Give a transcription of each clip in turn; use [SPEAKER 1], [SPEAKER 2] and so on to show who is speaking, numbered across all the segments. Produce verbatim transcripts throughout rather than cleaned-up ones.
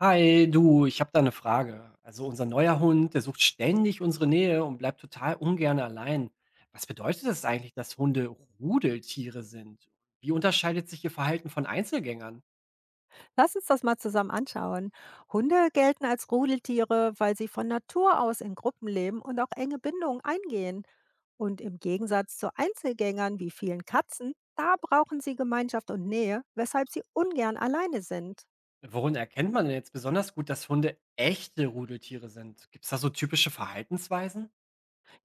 [SPEAKER 1] Hi, du, ich habe da eine Frage. Also unser neuer Hund, der sucht ständig unsere Nähe und bleibt total ungern allein. Was bedeutet das eigentlich, dass Hunde Rudeltiere sind? Wie unterscheidet sich ihr Verhalten von Einzelgängern?
[SPEAKER 2] Lass uns das mal zusammen anschauen. Hunde gelten als Rudeltiere, weil sie von Natur aus in Gruppen leben und auch enge Bindungen eingehen. Und im Gegensatz zu Einzelgängern wie vielen Katzen, da brauchen sie Gemeinschaft und Nähe, weshalb sie ungern alleine sind.
[SPEAKER 1] Worin erkennt man denn jetzt besonders gut, dass Hunde echte Rudeltiere sind? Gibt es da so typische Verhaltensweisen?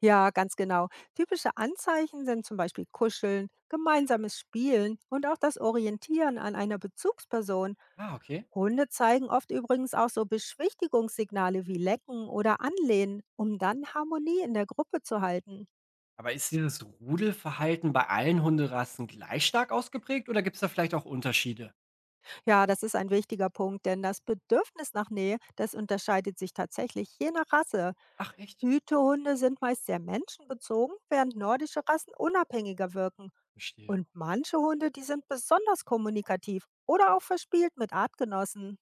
[SPEAKER 2] Ja, ganz genau. Typische Anzeichen sind zum Beispiel Kuscheln, gemeinsames Spielen und auch das Orientieren an einer Bezugsperson.
[SPEAKER 1] Ah, okay.
[SPEAKER 2] Hunde zeigen oft übrigens auch so Beschwichtigungssignale wie Lecken oder Anlehnen, um dann Harmonie in der Gruppe zu halten.
[SPEAKER 1] Aber ist dieses Rudelverhalten bei allen Hunderassen gleich stark ausgeprägt oder gibt es da vielleicht auch Unterschiede?
[SPEAKER 2] Ja, das ist ein wichtiger Punkt, denn das Bedürfnis nach Nähe, das unterscheidet sich tatsächlich je nach Rasse.
[SPEAKER 1] Ach, echt?
[SPEAKER 2] Hütehunde sind meist sehr menschenbezogen, während nordische Rassen unabhängiger wirken.
[SPEAKER 1] Verstehe.
[SPEAKER 2] Und manche Hunde, die sind besonders kommunikativ oder auch verspielt mit Artgenossen.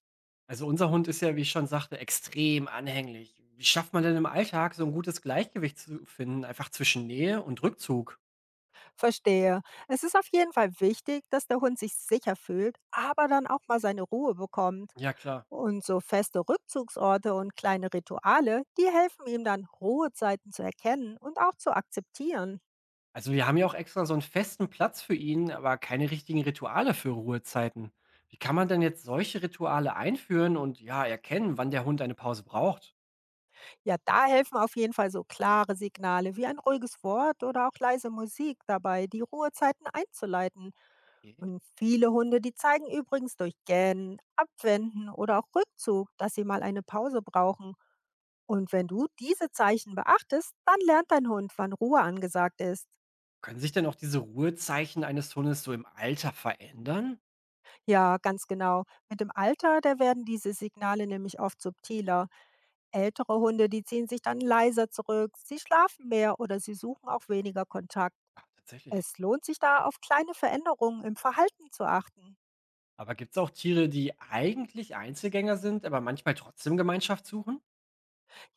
[SPEAKER 1] Also unser Hund ist ja, wie ich schon sagte, extrem anhänglich. Wie schafft man denn im Alltag so ein gutes Gleichgewicht zu finden, einfach zwischen Nähe und Rückzug?
[SPEAKER 2] Verstehe. Es ist auf jeden Fall wichtig, dass der Hund sich sicher fühlt, aber dann auch mal seine Ruhe bekommt.
[SPEAKER 1] Ja, klar.
[SPEAKER 2] Und so feste Rückzugsorte und kleine Rituale, die helfen ihm dann, Ruhezeiten zu erkennen und auch zu akzeptieren.
[SPEAKER 1] Also wir haben ja auch extra so einen festen Platz für ihn, aber keine richtigen Rituale für Ruhezeiten. Wie kann man denn jetzt solche Rituale einführen und ja, erkennen, wann der Hund eine Pause braucht?
[SPEAKER 2] Ja, da helfen auf jeden Fall so klare Signale wie ein ruhiges Wort oder auch leise Musik dabei, die Ruhezeiten einzuleiten.
[SPEAKER 1] Okay.
[SPEAKER 2] Und viele Hunde, die zeigen übrigens durch Gähnen, Abwenden oder auch Rückzug, dass sie mal eine Pause brauchen. Und wenn du diese Zeichen beachtest, dann lernt dein Hund, wann Ruhe angesagt ist.
[SPEAKER 1] Können sich denn auch diese Ruhezeichen eines Hundes so im Alter verändern?
[SPEAKER 2] Ja, ganz genau. Mit dem Alter, da werden diese Signale nämlich oft subtiler. Ältere Hunde, die ziehen sich dann leiser zurück, sie schlafen mehr oder sie suchen auch weniger Kontakt.
[SPEAKER 1] Ja, tatsächlich.
[SPEAKER 2] Es lohnt sich da, auf kleine Veränderungen im Verhalten zu achten.
[SPEAKER 1] Aber gibt es auch Tiere, die eigentlich Einzelgänger sind, aber manchmal trotzdem Gemeinschaft suchen?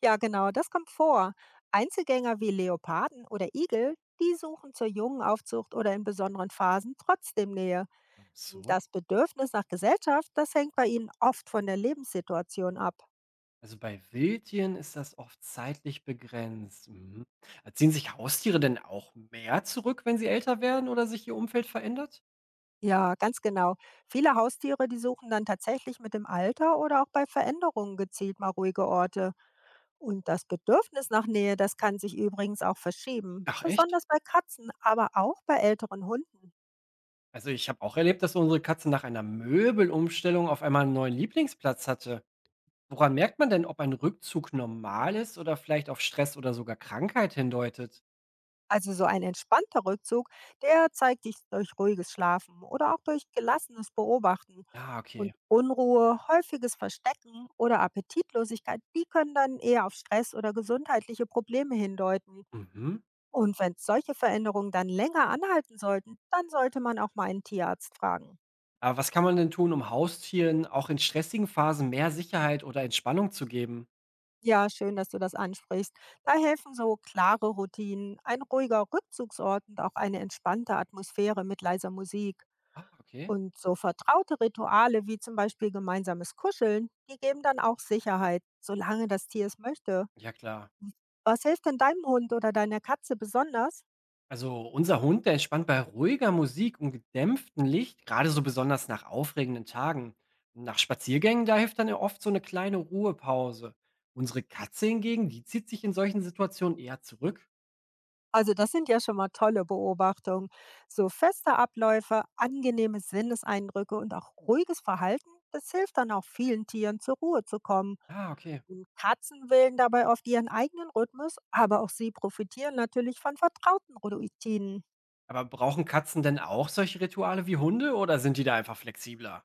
[SPEAKER 2] Ja, genau, das kommt vor. Einzelgänger wie Leoparden oder Igel, die suchen zur jungen Aufzucht oder in besonderen Phasen trotzdem Nähe.
[SPEAKER 1] Ach so.
[SPEAKER 2] Das Bedürfnis nach Gesellschaft, das hängt bei ihnen oft von der Lebenssituation ab.
[SPEAKER 1] Also bei Wildtieren ist das oft zeitlich begrenzt. Mhm. Äh, Ziehen sich Haustiere denn auch mehr zurück, wenn sie älter werden oder sich ihr Umfeld verändert?
[SPEAKER 2] Ja, ganz genau. Viele Haustiere, die suchen dann tatsächlich mit dem Alter oder auch bei Veränderungen gezielt mal ruhige Orte. Und das Bedürfnis nach Nähe, das kann sich übrigens auch verschieben.
[SPEAKER 1] Ach, echt?
[SPEAKER 2] Besonders bei Katzen, aber auch bei älteren Hunden.
[SPEAKER 1] Also ich habe auch erlebt, dass unsere Katze nach einer Möbelumstellung auf einmal einen neuen Lieblingsplatz hatte. Woran merkt man denn, ob ein Rückzug normal ist oder vielleicht auf Stress oder sogar Krankheit hindeutet?
[SPEAKER 2] Also so ein entspannter Rückzug, der zeigt sich durch ruhiges Schlafen oder auch durch gelassenes Beobachten.
[SPEAKER 1] Ja, okay.
[SPEAKER 2] Und Unruhe, häufiges Verstecken oder Appetitlosigkeit, die können dann eher auf Stress oder gesundheitliche Probleme hindeuten.
[SPEAKER 1] Mhm.
[SPEAKER 2] Und wenn solche Veränderungen dann länger anhalten sollten, dann sollte man auch mal einen Tierarzt fragen.
[SPEAKER 1] Aber was kann man denn tun, um Haustieren auch in stressigen Phasen mehr Sicherheit oder Entspannung zu geben?
[SPEAKER 2] Ja, schön, dass du das ansprichst. Da helfen so klare Routinen, ein ruhiger Rückzugsort und auch eine entspannte Atmosphäre mit leiser Musik.
[SPEAKER 1] Ah, okay.
[SPEAKER 2] Und so vertraute Rituale wie zum Beispiel gemeinsames Kuscheln, die geben dann auch Sicherheit, solange das Tier es möchte.
[SPEAKER 1] Ja, klar.
[SPEAKER 2] Was hilft denn deinem Hund oder deiner Katze besonders?
[SPEAKER 1] Also unser Hund, der entspannt bei ruhiger Musik und gedämpftem Licht, gerade so besonders nach aufregenden Tagen. Nach Spaziergängen, da hilft dann ja oft so eine kleine Ruhepause. Unsere Katze hingegen, die zieht sich in solchen Situationen eher zurück.
[SPEAKER 2] Also das sind ja schon mal tolle Beobachtungen. So feste Abläufe, angenehme Sinneseindrücke und auch ruhiges Verhalten, das hilft dann auch vielen Tieren zur Ruhe zu kommen.
[SPEAKER 1] Ah, okay.
[SPEAKER 2] Und Katzen wählen dabei oft ihren eigenen Rhythmus, aber auch sie profitieren natürlich von vertrauten Routinen.
[SPEAKER 1] Aber brauchen Katzen denn auch solche Rituale wie Hunde oder sind die da einfach flexibler?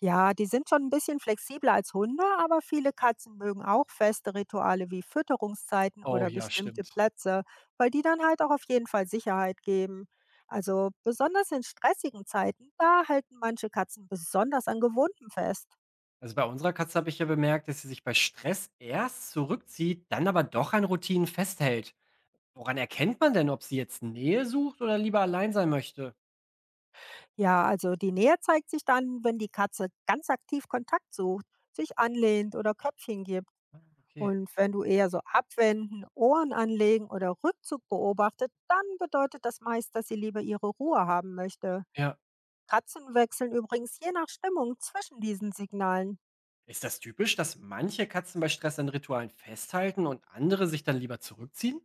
[SPEAKER 2] Ja, die sind schon ein bisschen flexibler als Hunde, aber viele Katzen mögen auch feste Rituale wie Fütterungszeiten
[SPEAKER 1] Oh
[SPEAKER 2] oder
[SPEAKER 1] ja,
[SPEAKER 2] bestimmte
[SPEAKER 1] stimmt.
[SPEAKER 2] Plätze, weil die dann halt auch auf jeden Fall Sicherheit geben. Also besonders in stressigen Zeiten, da halten manche Katzen besonders an Gewohnten fest.
[SPEAKER 1] Also bei unserer Katze habe ich ja bemerkt, dass sie sich bei Stress erst zurückzieht, dann aber doch an Routinen festhält. Woran erkennt man denn, ob sie jetzt Nähe sucht oder lieber allein sein möchte?
[SPEAKER 2] Ja, also die Nähe zeigt sich dann, wenn die Katze ganz aktiv Kontakt sucht, sich anlehnt oder Köpfchen gibt.
[SPEAKER 1] Ah, okay.
[SPEAKER 2] Und wenn du eher so abwenden, Ohren anlegen oder Rückzug beobachtet, dann bedeutet das meist, dass sie lieber ihre Ruhe haben möchte.
[SPEAKER 1] Ja.
[SPEAKER 2] Katzen wechseln übrigens je nach Stimmung zwischen diesen Signalen.
[SPEAKER 1] Ist das typisch, dass manche Katzen bei Stress an Ritualen festhalten und andere sich dann lieber zurückziehen?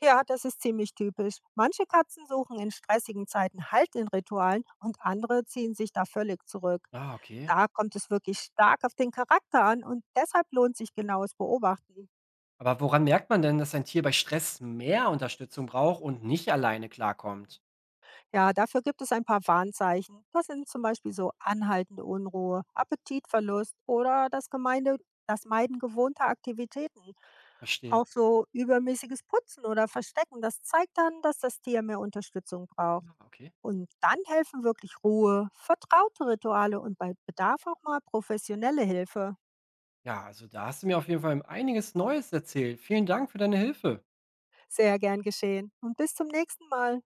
[SPEAKER 2] Ja, das ist ziemlich typisch. Manche Katzen suchen in stressigen Zeiten Halt in Ritualen und andere ziehen sich da völlig zurück.
[SPEAKER 1] Ah, okay.
[SPEAKER 2] Da kommt es wirklich stark auf den Charakter an und deshalb lohnt sich genaues Beobachten.
[SPEAKER 1] Aber woran merkt man denn, dass ein Tier bei Stress mehr Unterstützung braucht und nicht alleine klarkommt?
[SPEAKER 2] Ja, dafür gibt es ein paar Warnzeichen. Das sind zum Beispiel so anhaltende Unruhe, Appetitverlust oder das, Gemeinde, das Meiden gewohnter Aktivitäten.
[SPEAKER 1] Verstehe.
[SPEAKER 2] Auch so übermäßiges Putzen oder Verstecken, das zeigt dann, dass das Tier mehr Unterstützung braucht.
[SPEAKER 1] Ah, okay.
[SPEAKER 2] Und dann helfen wirklich Ruhe, vertraute Rituale und bei Bedarf auch mal professionelle Hilfe.
[SPEAKER 1] Ja, also da hast du mir auf jeden Fall einiges Neues erzählt. Vielen Dank für deine Hilfe.
[SPEAKER 2] Sehr gern geschehen. Und bis zum nächsten Mal.